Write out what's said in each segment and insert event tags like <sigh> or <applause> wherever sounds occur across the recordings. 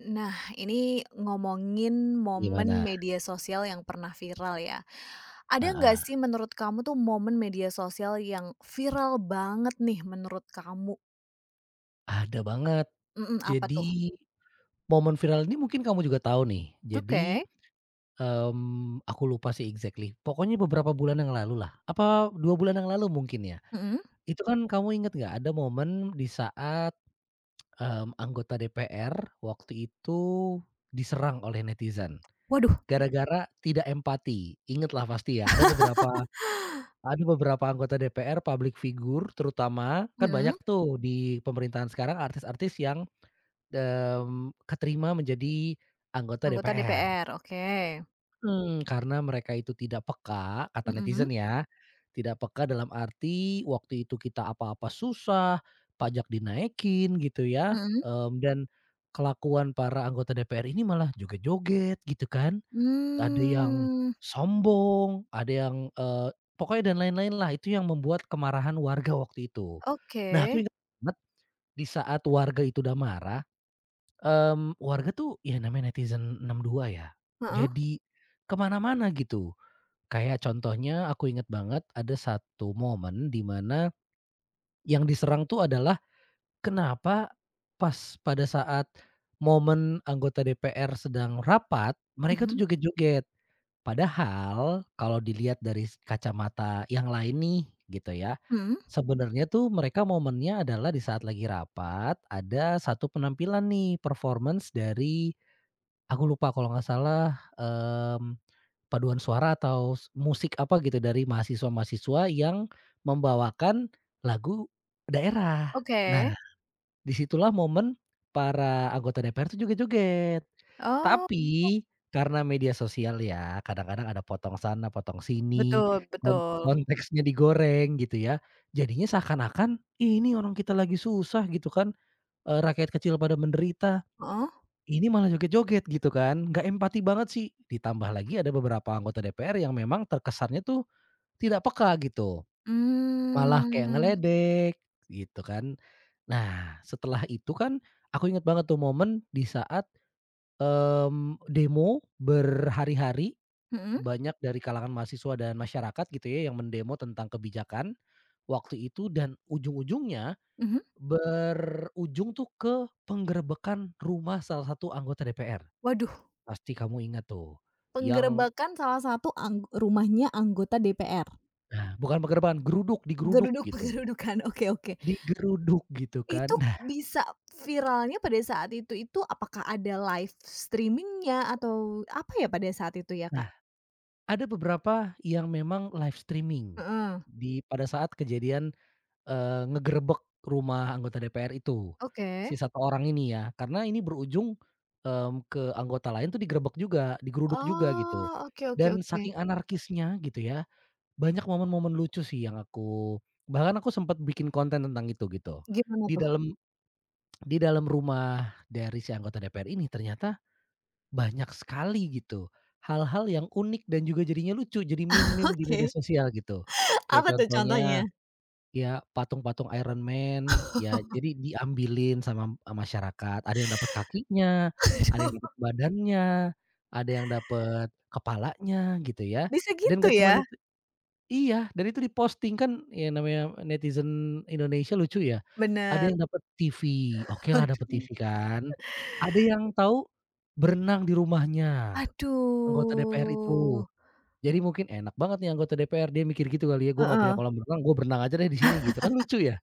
Nah, ini ngomongin momen Gimana? media sosial yang pernah viral ya. Ada nggak Heeh. sih menurut kamu tuh momen media sosial yang viral banget nih menurut kamu? Ada banget. Mhm, apa Jadi, tuh? momen viral ini mungkin kamu juga tahu nih. Jadi, Oke, aku lupa sih exactly, pokoknya beberapa bulan yang lalu lah, apa 2 bulan yang lalu mungkin ya. mhm. Itu kan kamu inget nggak ada momen di saat, anggota DPR waktu itu diserang oleh netizen, Waduh, gara-gara tidak empati. Inget lah pasti ya, ada beberapa anggota DPR, public figure terutama, kan banyak mhm, tuh di pemerintahan sekarang artis-artis yang, keterima menjadi anggota anggota DPR. DPR, oke. Mhm, karena mereka itu tidak peka, kata netizen Mhm ya, tidak peka dalam arti waktu itu kita apa-apa susah, pajak dinaikin gitu ya, mhm. Dan kelakuan para anggota DPR ini malah joget-joget gitu kan. Ada yang Mmm, sombong, ada yang, pokoknya dan lain-lain lah, itu yang membuat kemarahan warga waktu itu. oke, Nah, aku inget banget di saat warga itu udah marah, warga tuh ya namanya netizen +62 ya, heeh, jadi ke mana-mana gitu. Kayak contohnya aku inget banget ada satu momen di mana yang diserang tuh adalah kenapa pas pada saat momen anggota DPR sedang rapat, mereka tuh mhm joget-joget. Padahal kalau dilihat dari kacamata yang lain nih gitu ya, mhm, sebenarnya tuh mereka momennya adalah di saat lagi rapat ada satu penampilan nih performance dari aku lupa kalau nggak salah, paduan suara atau musik apa gitu dari mahasiswa-mahasiswa yang membawakan lagu daerah. oke. Nah, disitulah momen para anggota DPR tuh joget-joget. Oh, Tapi, karena media sosial ya, kadang-kadang ada potong sana, potong sini, betul kon betul, konteksnya digoreng gitu ya, jadinya seakan-akan, "Ih, ini orang kita lagi susah gitu kan, rakyat kecil pada menderita, heeh, ini malah joget-joget gitu kan, nggak empati banget sih." Ditambah lagi ada beberapa anggota DPR yang memang terkesannya tuh tidak peka gitu, malah kayak mmm, ngeledek gitu kan. Nah, setelah itu kan, aku inget banget tuh momen di saat demo berhari-hari, mhm banyak dari kalangan mahasiswa dan masyarakat gitu ya yang mendemo tentang kebijakan waktu itu, dan ujung-ujungnya mhm. berujung tuh ke penggerebekan rumah salah satu anggota DPR. Waduh. Pasti kamu ingat tuh, yang Penggerebekan salah satu rumahnya anggota DPR. nah bukan penggerebekan, geruduk, Geruduk-penggerudukan, <laughs> oke oke. digeruduk gitu kan. Itu Nah bisa viralnya pada saat itu apakah ada live streaming-nya atau apa ya pada saat itu ya, Kak? nah, ada beberapa yang memang live streaming Heeh, pada saat kejadian. Ngegerebek rumah anggota DPR itu, oke. si satu orang ini ya. Karena ini berujung, ke anggota lain tuh digerebek juga, digeruduk juga Oh, gitu. oke oke Dan oke. saking anarkisnya gitu ya, banyak momen-momen lucu sih yang aku bahkan aku sempat bikin konten tentang itu gitu. Gimana Di tuh? <laughs> dalam di dalam rumah dari si anggota DPR ini ternyata banyak sekali gitu hal-hal yang unik dan juga jadinya lucu, jadi meme-meme di media Oke, sosial gitu. Kayak apa tuh contohnya? contohnya ya patung-patung Iron Man, ya jadi diambilin sama, masyarakat, ada yang dapat kakinya, ada yang Aduh, dapat badannya, ada yang dapat kepalanya gitu ya, bisa dan gitu gak cuman ya? itu. Iya, dan itu diposting kan, ya namanya netizen Indonesia lucu ya, ada Bener, yang dapat TV, okelah dapat aduh. TV kan, ada yang tahu berenang di rumahnya, anggota DPR itu. Aduh, Jadi mungkin enak banget nih anggota DPR, dia mikir gitu kali ya, "Gue nggak punya heeh. kolam renang, gue berenang aja deh di sini," gitu kan, lucu ya?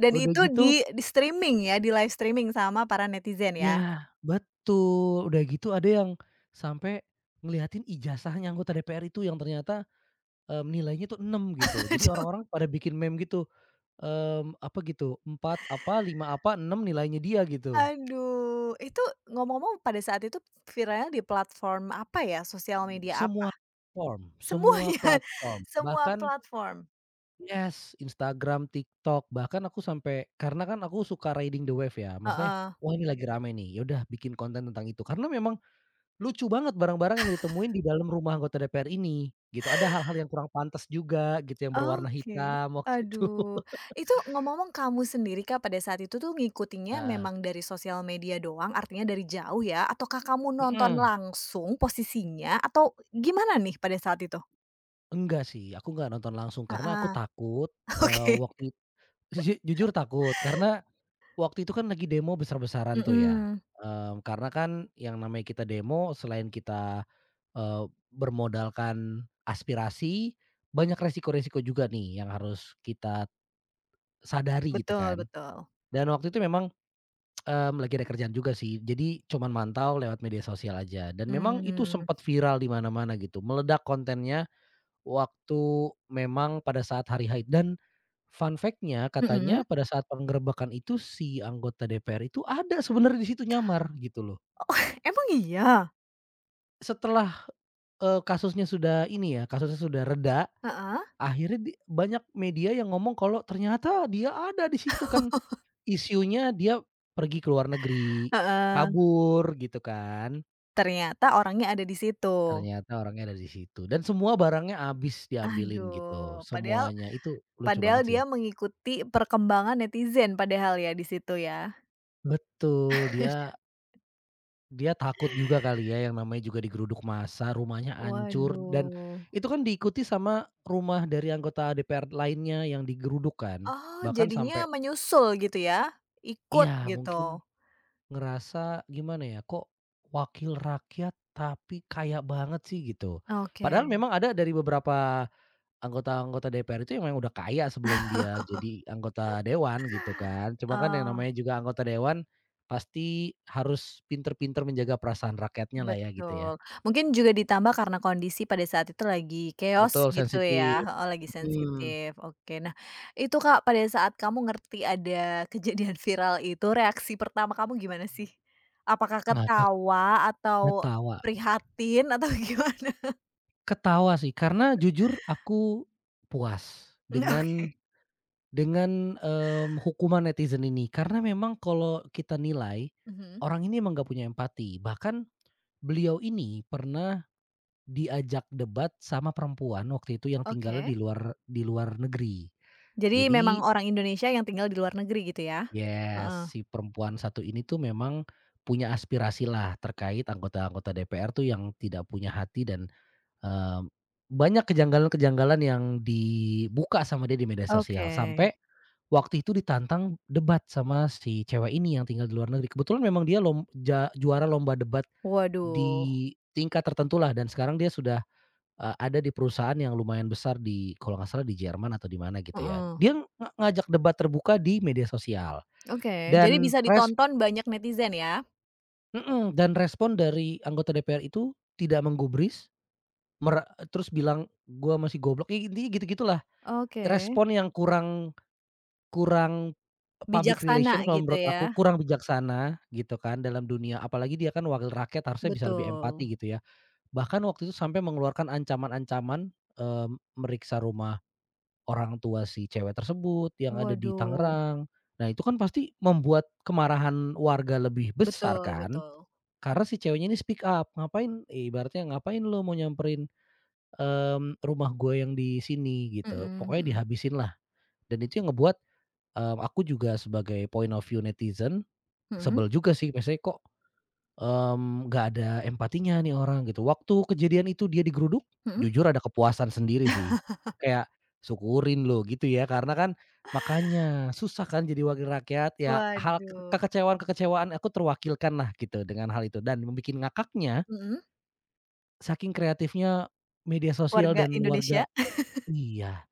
Dan Udah itu gitu di streaming ya, di live streaming sama para netizen ya? ya, betul. Udah gitu ada yang sampai ngeliatin ijazahnya anggota DPR itu yang ternyata, nilainya tuh 6 gitu. Jadi orang-orang Aduh pada bikin meme gitu, apa gitu, 4 apa, 5 apa, 6 nilainya dia gitu. aduh, itu ngomong-ngomong pada saat itu viralnya di platform apa ya, sosial, mhm, media apa? Semua platform semua Semuanya, <laughs> platform, semua bahkan platform? yes, Instagram, TikTok, bahkan aku sampai karena kan aku suka riding the wave ya, maksudnya, Heeh, wah ini lagi rame nih, ya udah bikin konten tentang itu. Karena memang lucu banget barang-barang yang ditemuin di dalam rumah anggota DPR ini, gitu. Ada hal-hal yang kurang pantas juga gitu, yang berwarna oke. hitam <laughs> waktu itu. Aduh, itu ngomong-ngomong kamu sendiri Kak, pada saat itu tuh ngikutinnya Heeh, memang dari sosial media doang, artinya dari jauh ya? Ataukah kamu nonton mhm. langsung posisinya? Atau gimana nih pada saat itu? Enggak sih, aku nggak nonton langsung karena aku Heeh, takut, <laughs> oke. waktu <laughs> jujur takut karena waktu itu kan lagi demo besar-besaran tuh ya, Mhm, karena kan yang namanya kita demo selain kita, eee, bermodalkan aspirasi, banyak resiko-resiko juga nih yang harus kita sadari gitu betul kan. betul. Dan waktu itu memang lagi ada kerjaan juga sih. Jadi cuman mantau lewat media sosial aja dan memang itu Mmm, sempat viral di mana-mana gitu, meledak kontennya waktu memang pada saat hari haid. Dan fun fact-nya mhm, katanya pada saat penggerebekan itu si anggota DPR itu ada sebenarnya di situ, nyamar gitu loh. emang iya? Setelah, kasusnya sudah ini ya, kasusnya sudah reda, Heeh? akhirnya di banyak media yang ngomong kalau ternyata dia ada di situ kan, isunya dia pergi ke luar negeri, Heeh, kabur gitu kan. ternyata orangnya ada di situ. Ternyata orangnya ada di situ dan semua barangnya habis diambilin gitu, Aduh, padahal semuanya. Itu lucu padahal banget sih. dia mengikuti perkembangan netizen padahal ya di situ ya? Betul, dia dia takut juga kali ya, yang namanya juga digeruduk massa, rumahnya hancur, dan Waduh. itu kan diikuti sama rumah dari anggota DPR lainnya yang digeruduk kan. Oh, Bahkan sampai jadinya menyusul gitu ya? Ikut iya gitu? mungkin ngerasa gimana ya, kok wakil rakyat tapi kaya banget sih gitu. Padahal Oke, memang ada dari beberapa anggota-anggota DPR itu memang udah kaya sebelum dia jadi anggota dewan gitu kan. Cuma kan yang oh. namanya juga anggota dewan, pasti harus pinter-pinter menjaga perasaan rakyatnya lah ya gitu ya. Betul, mungkin juga ditambah karena kondisi pada saat itu lagi Betul chaos gitu ya, sensitif, oh lagi mhm, sensitif, oke. Nah, itu Kak, pada saat kamu ngerti ada <laughs> kejadian viral itu, reaksi pertama kamu gimana sih? Apakah ngakak, ketawa atau ketawa. prihatin atau <laughs> gimana? Ketawa sih karena jujur aku puas Mmm, dengan oke, hukuman netizen ini. Karena memang kalau kita nilai, mhm, orang ini emang nggak punya empati. Bahkan beliau ini pernah diajak debat sama perempuan waktu itu yang tinggalnya oke. di luar negeri. Jadi memang Jadi, orang Indonesia yang tinggal di luar negeri gitu ya? ya Heeh, si perempuan satu ini tuh memang punya aspirasi lah terkait anggota-anggota DPR tuh yang tidak punya hati dan, eee, banyak kejanggalan-kejanggalan yang dibuka sama dia di media oke. sosial, sampai waktu itu ditantang debat sama si cewek ini yang tinggal di luar negeri. Kebetulan memang dia lom ja juara lomba debat Waduh, di tingkat tertentu lah, dan sekarang dia sudah ada di perusahaan yang lumayan besar di, kalau nggak salah, di Jerman atau di mana gitu ya. heeh, Dia ngajak debat terbuka di media sosial oke, jadi dan bisa res ditonton banyak netizen ya? mhm, dan respon dari anggota DPR itu tidak menggubris, mere terus bilang, "Gua masih goblok," ya intinya gitu-gitulah. Oke. Respon yang kurang kurang public Bijaksana relation kalau gitu menurut ya? aku, kurang bijaksana gitu kan dalam dunia, apalagi dia kan wakil rakyat harusnya bisa lebih Betul. empati gitu ya. Bahkan waktu itu sampai mengeluarkan ancaman-ancaman, eee, meriksa rumah orang tua si cewek tersebut yang ada di Waduh. Tangerang. Nah, itu kan pasti membuat kemarahan warga lebih besar Betul kan? betul. Karena si ceweknya ini speak up, ibaratnya ngapain lo mau nyamperin, rumah gue yang di sini gitu, Mhm pokoknya mhm. dihabisin lah. Dan itu yang ngebuat, aku juga sebagai point of view netizen Mhm sebel juga sih, maksudnya kok nggak ada empatinya nih orang gitu. Waktu kejadian itu dia digeruduk, mhm? jujur ada kepuasan sendiri sih. Kayak, syukurin loh gitu ya, karena kan makanya susah kan jadi wakil rakyat ya, hal ke Waduh. kekecewaan-kekecewaan aku terwakilkan lah gitu dengan hal itu, dan membuat ngakaknya, Mhm. saking kreatifnya media sosial Warga dan warga, Indonesia. iya,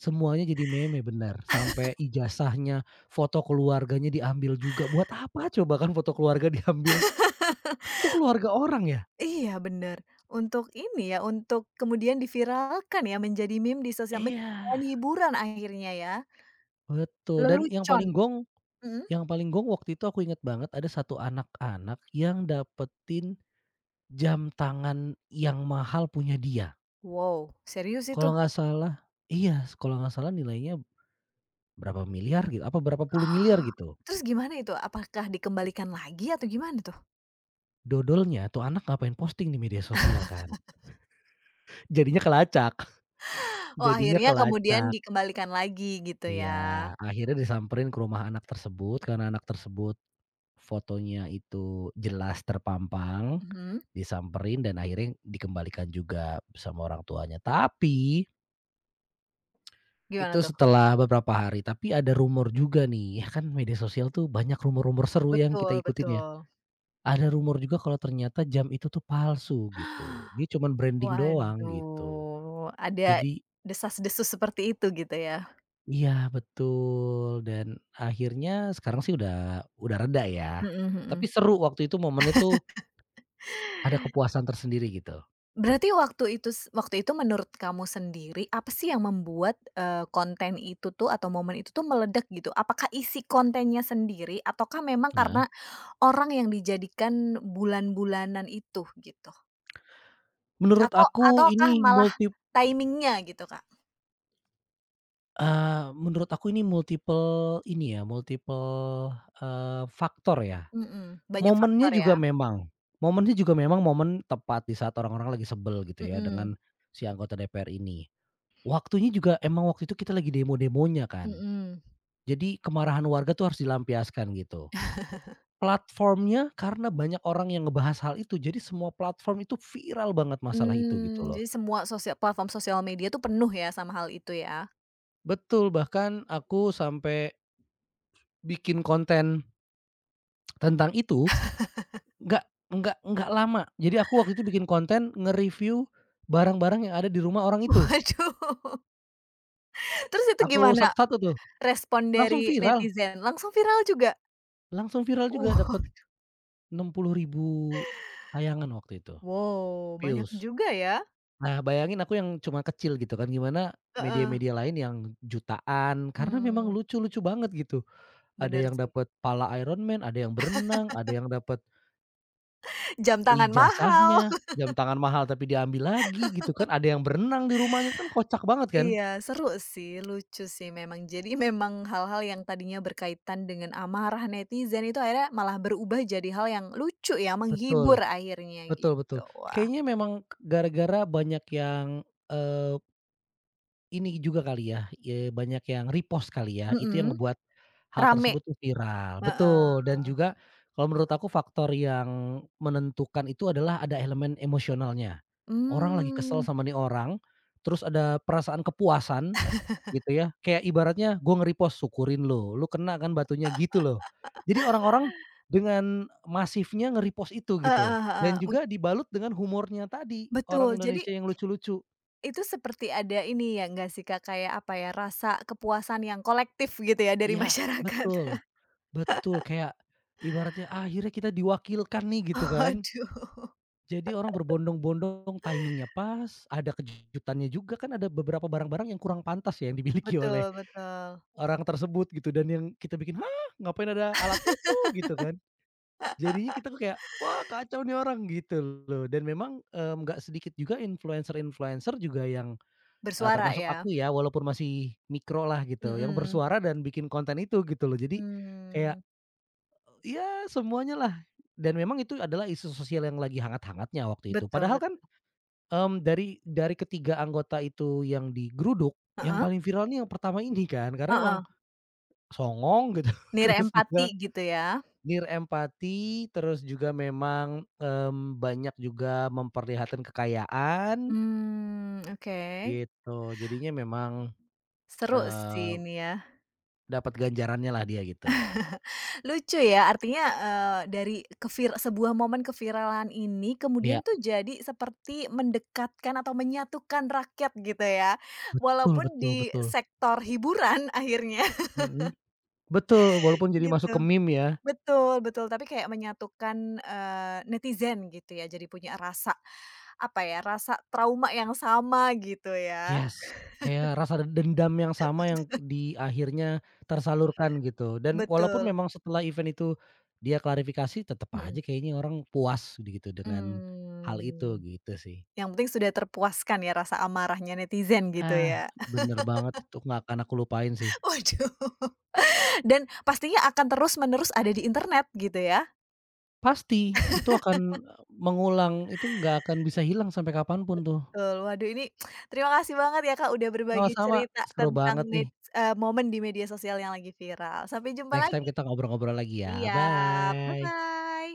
semuanya jadi meme benar sampai ijazahnya, foto keluarganya diambil juga, buat apa coba kan foto keluarga <laughs> diambil? Kan itu keluarga orang ya? Iya bener. Untuk ini ya, untuk kemudian diviralkan ya menjadi meme di sosial dan Iya. hiburan akhirnya ya. Betul, dan yang Lelucon. paling gong Mhm? yang paling gong waktu itu aku inget banget ada satu anak-anak yang dapetin jam tangan yang mahal punya dia. Wow, serius itu? Kalau nggak salah iya, kalau nggak salah nilainya berapa miliar gitu, apa berapa puluh miliar gitu. Terus gimana itu? Apakah dikembalikan lagi atau gimana tuh? Dodolnya tuh anak ngapain posting di media sosial kan. <laughs> Jadinya kelacak. <laughs> Oh, Jadinya akhirnya kemudian kelacak. dikembalikan lagi gitu ya? Iya, akhirnya disamperin ke rumah anak tersebut, karena anak tersebut fotonya itu jelas terpampang, Mhm. disamperin, dan akhirnya dikembalikan juga sama orang tuanya. Tapi, itu Gimana tuh? setelah beberapa hari. Tapi ada rumor juga nih, ya kan media sosial tuh banyak rumor-rumor seru yang kita Betul ikutin ya. betul. Ada rumor juga kalau ternyata jam itu tuh palsu gitu, dia cuman branding doang gitu. Waduh, ada Jadi desas-desus seperti itu gitu ya? iya betul, dan akhirnya sekarang sih udah reda ya, Mhm tapi mhm. seru waktu itu momennya tuh, ada kepuasan tersendiri gitu. Berarti waktu itu menurut kamu sendiri, apa sih yang membuat, konten itu tuh atau momen itu tuh meledak gitu? Apakah isi kontennya sendiri ataukah memang karena Heeh. orang yang dijadikan bulan-bulanan itu gitu? Menurut Atau aku ataukah ini malah multi timing-nya gitu, Kak? Menurut aku ini multiple ini ya, multiple, faktor ya. Mhm, banyak Momennya faktor ya? juga memang momennya juga memang momen tepat di saat orang-orang lagi sebel gitu ya Mhm dengan si anggota DPR ini. Waktunya juga emang waktu itu kita lagi demo-demonya kan. mhm. Jadi kemarahan warga tuh harus dilampiaskan gitu. Platformnya, karena banyak orang yang ngebahas hal itu, jadi semua platform itu viral banget masalah itu gitu loh. Jadi semua platform sosial media tuh penuh ya sama hal itu ya? Betul, bahkan aku sampai bikin konten tentang itu, nggak nggak lama. Jadi aku waktu itu bikin konten nge-review barang-barang yang ada di rumah orang <laughs> itu. Waduh, terus itu Aku gimana satu-satu tuh, respon langsung dari viral netizen? Langsung viral juga? langsung viral juga Wow dapet 60.000 tayangan waktu itu, wow, banyak views. juga ya? Nah, bayangin aku yang cuma kecil gitu kan, gimana Heeh, media-media lain yang jutaan, karena memang mmm, lucu-lucu banget gitu. Ada bener yang sih. dapat pala Iron Man, ada yang berenang, ada yang dapat Jam tangan mahal. ijazahnya, jam tangan mahal tapi diambil lagi gitu kan, ada yang berenang di rumahnya, kan kocak banget kan? Iya, seru sih, lucu sih memang. Jadi memang hal-hal yang tadinya berkaitan dengan amarah netizen itu akhirnya malah berubah jadi hal yang lucu ya, menghibur Betul, akhirnya betul betul. gitu. Wah Kayaknya memang gara-gara banyak yang, eee, ini juga kali ya, banyak yang repost kali ya, itu yang mhm, ngebuat hal rame? tersebut tuh viral. Heeh. Betul, dan juga kalau menurut aku faktor yang menentukan itu adalah ada elemen emosionalnya. Orang lagi kesel Mmm. sama nih orang, terus ada perasaan kepuasan gitu ya, kayak ibaratnya gue nge-repost, "Syukurin lu, lu kena kan batunya," gitu loh. Jadi orang-orang dengan masifnya nge-repost itu gitu, Heeh heeh, dan juga dibalut dengan humornya tadi, betul, orang jadi Indonesia yang lucu-lucu. itu seperti ada ini ya nggak sih Kak, kayak apa ya, rasa kepuasan yang kolektif gitu ya dari Iya, masyarakat. betul <laughs> betul, kayak ibaratnya akhirnya kita diwakilkan nih gitu kan. Waduh. Jadi orang berbondong-bondong, timing-nya pas, ada kejutannya juga kan, ada beberapa barang-barang yang kurang pantas ya yang dimiliki oleh Betul betul. orang tersebut gitu, dan yang kita bikin, "Hah, ngapain ada alat itu?" Gitu kan. Jadinya kita tuh kayak, "Wah kacau nih orang," gitu loh. Dan memang, nggak sedikit juga influencer-influencer juga yang, Bersuara termasuk ya? aku ya walaupun masih mikro lah gitu, yang Mhm. bersuara dan bikin konten itu gitu loh. Jadi kayak Mmm. ya semuanya lah, dan memang itu adalah isu sosial yang lagi hangat-hangatnya waktu itu. Betul Padahal kan, betul. Dari ketiga anggota itu yang digeruduk, yang Heeh? paling viral nih yang pertama ini kan, karena emang Heeh, songong gitu, <laughs> nira terus empati juga gitu ya? nirempati, terus juga memang, banyak juga memperlihatkan kekayaan, Mmm, oke. gitu. Jadinya memang, Seru sih eee, ini ya. dapat ganjarannya lah dia, gitu. Lucu ya, artinya, dari sebuah momen keviralan ini kemudian Iya, tuh jadi seperti mendekatkan atau menyatukan rakyat gitu ya, betul walaupun betul di betul. sektor hiburan <laughs> akhirnya Mhm, betul, walaupun jadi gitu. masuk ke meme ya. Betul betul, tapi kayak menyatukan, netizen gitu ya, jadi punya rasa, apa ya, rasa trauma yang sama gitu ya. Yes, kayak rasa dendam yang sama yang di akhirnya tersalurkan, gitu. Dan walaupun Betul, memang setelah event itu dia klarifikasi, tetep aja mhm, kayaknya orang puas gitu dengan hal itu, mmm, gitu sih. yang penting sudah terpuaskan ya rasa amarahnya netizen gitu Ah, ya. bener banget, itu nggak akan aku lupain sih. <laughs> Waduh. Dan pastinya akan terus-menerus ada di internet gitu ya? Pasti itu akan eh, mengulang, itu nggak akan bisa hilang sampai kapanpun tuh. Betul, waduh ini <tsk> terima kasih banget ya Kak udah berbagi Sama-sama, cerita seru tentang banget nih. Momen di media sosial yang lagi viral. Sampai jumpa Next lagi. time kita ngobrol-ngobrol lagi ya, Iya, bye. bye-bye.